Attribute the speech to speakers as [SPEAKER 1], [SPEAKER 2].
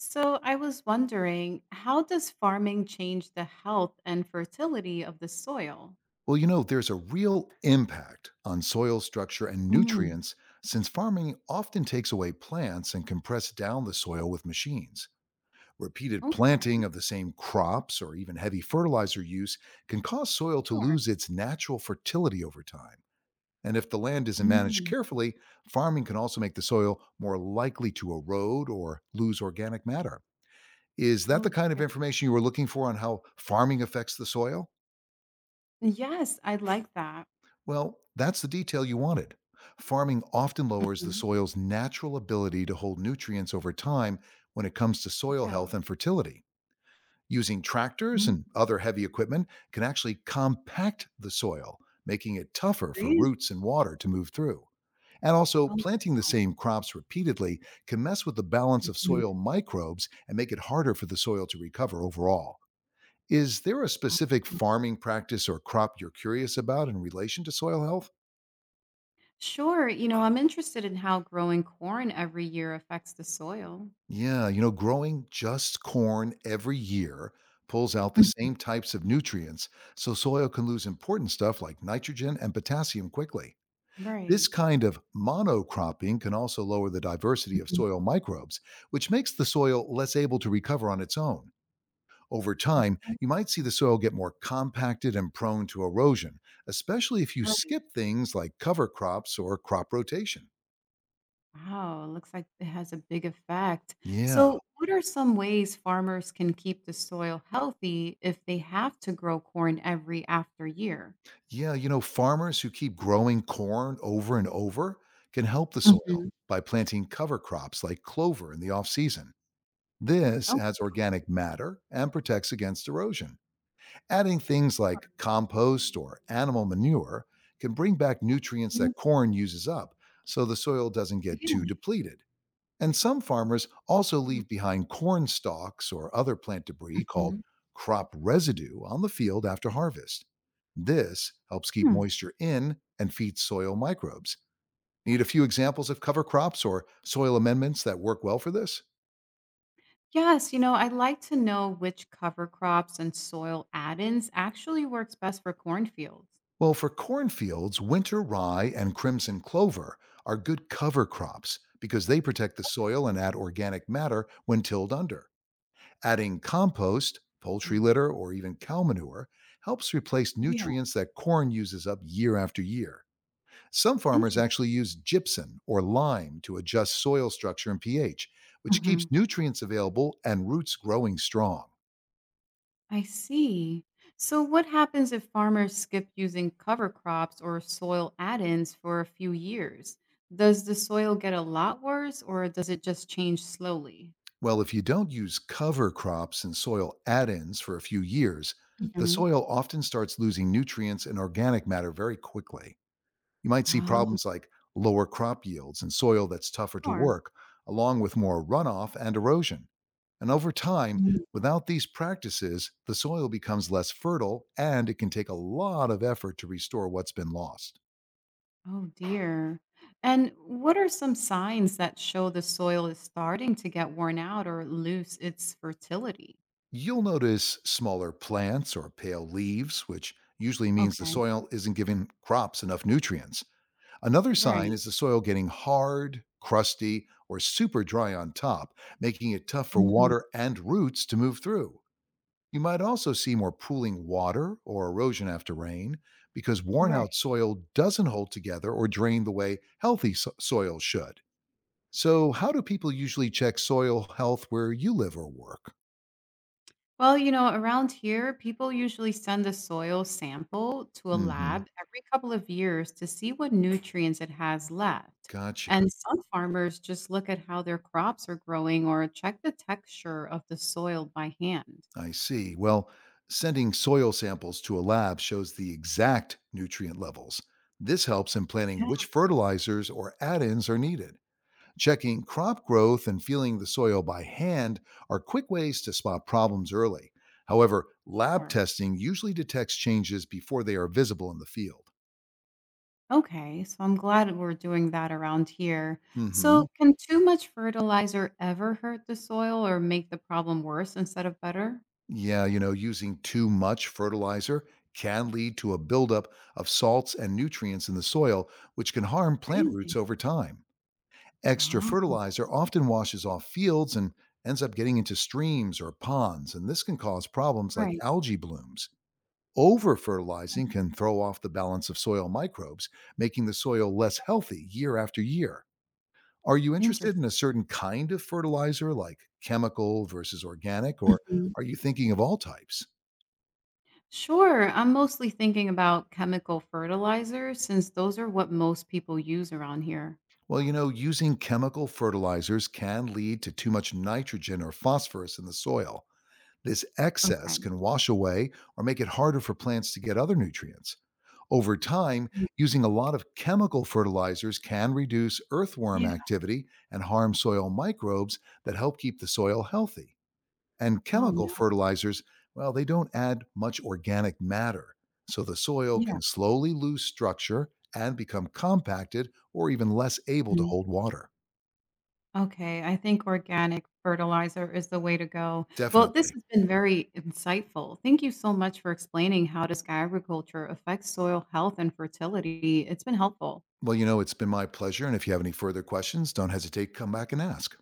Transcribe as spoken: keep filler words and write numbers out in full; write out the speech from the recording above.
[SPEAKER 1] So I was wondering, how does farming change the health and fertility of the soil?
[SPEAKER 2] Well, you know, there's a real impact on soil structure and
[SPEAKER 1] Mm.
[SPEAKER 2] nutrients since farming often takes away plants and compress down the soil with machines. Repeated planting
[SPEAKER 1] Okay,
[SPEAKER 2] of the same crops or even heavy fertilizer use can cause soil to
[SPEAKER 1] sure.
[SPEAKER 2] lose its natural fertility over time. And if the land isn't managed
[SPEAKER 1] Mm.
[SPEAKER 2] carefully, farming can also make the soil more likely to erode or lose organic matter. Is that the
[SPEAKER 1] Oh
[SPEAKER 2] kind of
[SPEAKER 1] dear.
[SPEAKER 2] information you were looking for on how farming affects the soil?
[SPEAKER 1] Yes, I like that.
[SPEAKER 2] Well, that's the detail you wanted. Farming often lowers the
[SPEAKER 1] Mhm.
[SPEAKER 2] soil's natural ability to hold nutrients over time when it comes to soil
[SPEAKER 1] Yeah.
[SPEAKER 2] health and fertility. Using tractors
[SPEAKER 1] Mm.
[SPEAKER 2] and other heavy equipment can actually compact the soil, making it tougher for
[SPEAKER 1] Really?
[SPEAKER 2] roots and water to move through. And also,
[SPEAKER 1] Oh,
[SPEAKER 2] planting the
[SPEAKER 1] wow.
[SPEAKER 2] same crops repeatedly can mess with the balance of
[SPEAKER 1] Mm.
[SPEAKER 2] soil microbes and make it harder for the soil to recover overall. Is there a
[SPEAKER 1] Wow.
[SPEAKER 2] specific farming practice or crop you're curious about in relation to soil health?
[SPEAKER 1] Sure. You know, I'm interested in how growing corn every year affects the soil.
[SPEAKER 2] Yeah, you know, growing just corn every year pulls out the
[SPEAKER 1] Mhm.
[SPEAKER 2] same types of nutrients, so soil can lose important stuff like nitrogen and potassium quickly. This
[SPEAKER 1] Right.
[SPEAKER 2] kind of monocropping can also lower the diversity of
[SPEAKER 1] Mhm.
[SPEAKER 2] soil microbes, which makes the soil less able to recover on its own. Over time, you might see
[SPEAKER 1] Oh.
[SPEAKER 2] the soil get more compacted and prone to erosion, especially if you
[SPEAKER 1] Right.
[SPEAKER 2] skip things like cover crops or crop rotation.
[SPEAKER 1] Wow, it looks like it has a big effect.
[SPEAKER 2] Yeah.
[SPEAKER 1] So, what are some ways farmers can keep the soil healthy if they have to grow corn every after year?
[SPEAKER 2] Yeah, you know, farmers who keep growing corn over and over can help the soil
[SPEAKER 1] Hmm.
[SPEAKER 2] by planting cover crops like clover in the off season. This
[SPEAKER 1] Oh,
[SPEAKER 2] adds organic matter and protects against erosion. Adding things like compost or animal manure can bring back nutrients that corn uses up so the soil doesn't get too
[SPEAKER 1] really?
[SPEAKER 2] depleted. And some farmers also
[SPEAKER 1] Mm.
[SPEAKER 2] leave behind corn stalks or other plant debris called
[SPEAKER 1] Hmm.
[SPEAKER 2] crop residue on the field after harvest. This helps keep
[SPEAKER 1] Hmm.
[SPEAKER 2] moisture in and feeds soil microbes. Need a few examples of cover crops or soil amendments that work well for this?
[SPEAKER 1] Yes, you know, I'd like to know which cover crops and soil add-ins actually works best for cornfields.
[SPEAKER 2] Well, for cornfields, winter rye and crimson clover are good cover crops because they protect the soil and add organic matter when tilled under. Adding compost, poultry
[SPEAKER 1] Mm.
[SPEAKER 2] litter, or even cow manure helps replace
[SPEAKER 1] Yeah,
[SPEAKER 2] nutrients that corn uses up year after year. Some farmers actually
[SPEAKER 1] interesting.
[SPEAKER 2] use gypsum or lime to adjust soil structure and pH, which keeps nutrients available and roots growing strong.
[SPEAKER 1] I see. So, what happens if farmers skip using cover crops or soil add ins for a few years? Does the soil get a lot worse or does it just change slowly?
[SPEAKER 2] Well, if you don't use cover crops and soil add ins for a few years, the
[SPEAKER 1] Mhm.
[SPEAKER 2] soil often starts losing nutrients and organic matter very quickly. You might see
[SPEAKER 1] Oh,
[SPEAKER 2] problems like lower crop yields and soil that's tougher to
[SPEAKER 1] sure.
[SPEAKER 2] work, along with more runoff and erosion. And over time,
[SPEAKER 1] Mhm.
[SPEAKER 2] without these practices, the soil becomes less fertile and it can take a lot of effort to restore what's been lost.
[SPEAKER 1] Oh, dear. And what are some signs that show the soil is starting to get worn out or lose its fertility?
[SPEAKER 2] You'll notice smaller plants or pale leaves, which usually means the
[SPEAKER 1] Okay.
[SPEAKER 2] soil isn't giving crops enough nutrients. Another sign
[SPEAKER 1] Right.
[SPEAKER 2] is the soil getting hard, crusty, or super dry on top, making it tough for
[SPEAKER 1] Mhm.
[SPEAKER 2] water and roots to move through. You might also see more pooling water or erosion after rain because worn out
[SPEAKER 1] Right.
[SPEAKER 2] soil doesn't hold together or drain the way healthy so- soil should. So, how do people usually check soil health where you live or work?
[SPEAKER 1] Well, you know, around here, people usually send a soil sample to a
[SPEAKER 2] Hmm.
[SPEAKER 1] lab every couple of years to see what nutrients it has left.
[SPEAKER 2] Gotcha.
[SPEAKER 1] And some farmers just look at how their crops are growing or check the texture of the soil by hand.
[SPEAKER 2] I see. Well, sending soil samples to a lab shows the exact nutrient levels. This helps in planning which
[SPEAKER 1] Yeah,
[SPEAKER 2] fertilizers or add ins are needed. Checking crop growth and feeling the soil by hand are quick ways to spot problems early. However, lab
[SPEAKER 1] sure.
[SPEAKER 2] testing usually detects changes before they are visible in the field.
[SPEAKER 1] Okay, so I'm glad we're doing that around here.
[SPEAKER 2] Hmm.
[SPEAKER 1] So, can too much fertilizer ever hurt the soil or make the problem worse instead of better?
[SPEAKER 2] Yeah, you know, using too much fertilizer can lead to a buildup of salts and nutrients in the soil, which can harm plant roots
[SPEAKER 1] Really?
[SPEAKER 2] over time. Extra
[SPEAKER 1] Oh,
[SPEAKER 2] fertilizer often washes off fields and ends up getting into streams or ponds, and this can cause problems like
[SPEAKER 1] right.
[SPEAKER 2] algae blooms. Over fertilizing can throw off the balance of soil microbes, making the soil less healthy year after year. Are you interested
[SPEAKER 1] Interesting.
[SPEAKER 2] in a certain kind of fertilizer, like chemical versus organic, or are you thinking of all types?
[SPEAKER 1] Sure. I'm mostly thinking about chemical fertilizers since those are what most people use around here.
[SPEAKER 2] Well, you know, using chemical fertilizers can lead to too much nitrogen or phosphorus in the soil. This excess
[SPEAKER 1] Okay.
[SPEAKER 2] can wash away or make it harder for plants to get other nutrients. Over time,
[SPEAKER 1] Mm.
[SPEAKER 2] using a lot of chemical fertilizers can reduce earthworm
[SPEAKER 1] Yeah.
[SPEAKER 2] activity and harm soil microbes that help keep the soil healthy. And
[SPEAKER 1] Oh,
[SPEAKER 2] chemical
[SPEAKER 1] no.
[SPEAKER 2] fertilizers, well, they don't add much organic matter, so the soil
[SPEAKER 1] Yeah.
[SPEAKER 2] can slowly lose structure and become compacted or even less able to
[SPEAKER 1] Mm.
[SPEAKER 2] hold water.
[SPEAKER 1] Okay. I think organic fertilizer is the way to go. Well, this
[SPEAKER 2] Definitely.
[SPEAKER 1] has been very insightful. Thank you so much for explaining how disc agriculture affects soil health and fertility. It's been helpful.
[SPEAKER 2] Well, you know, it's been my pleasure. And if you have any further questions, don't hesitate to come back and ask.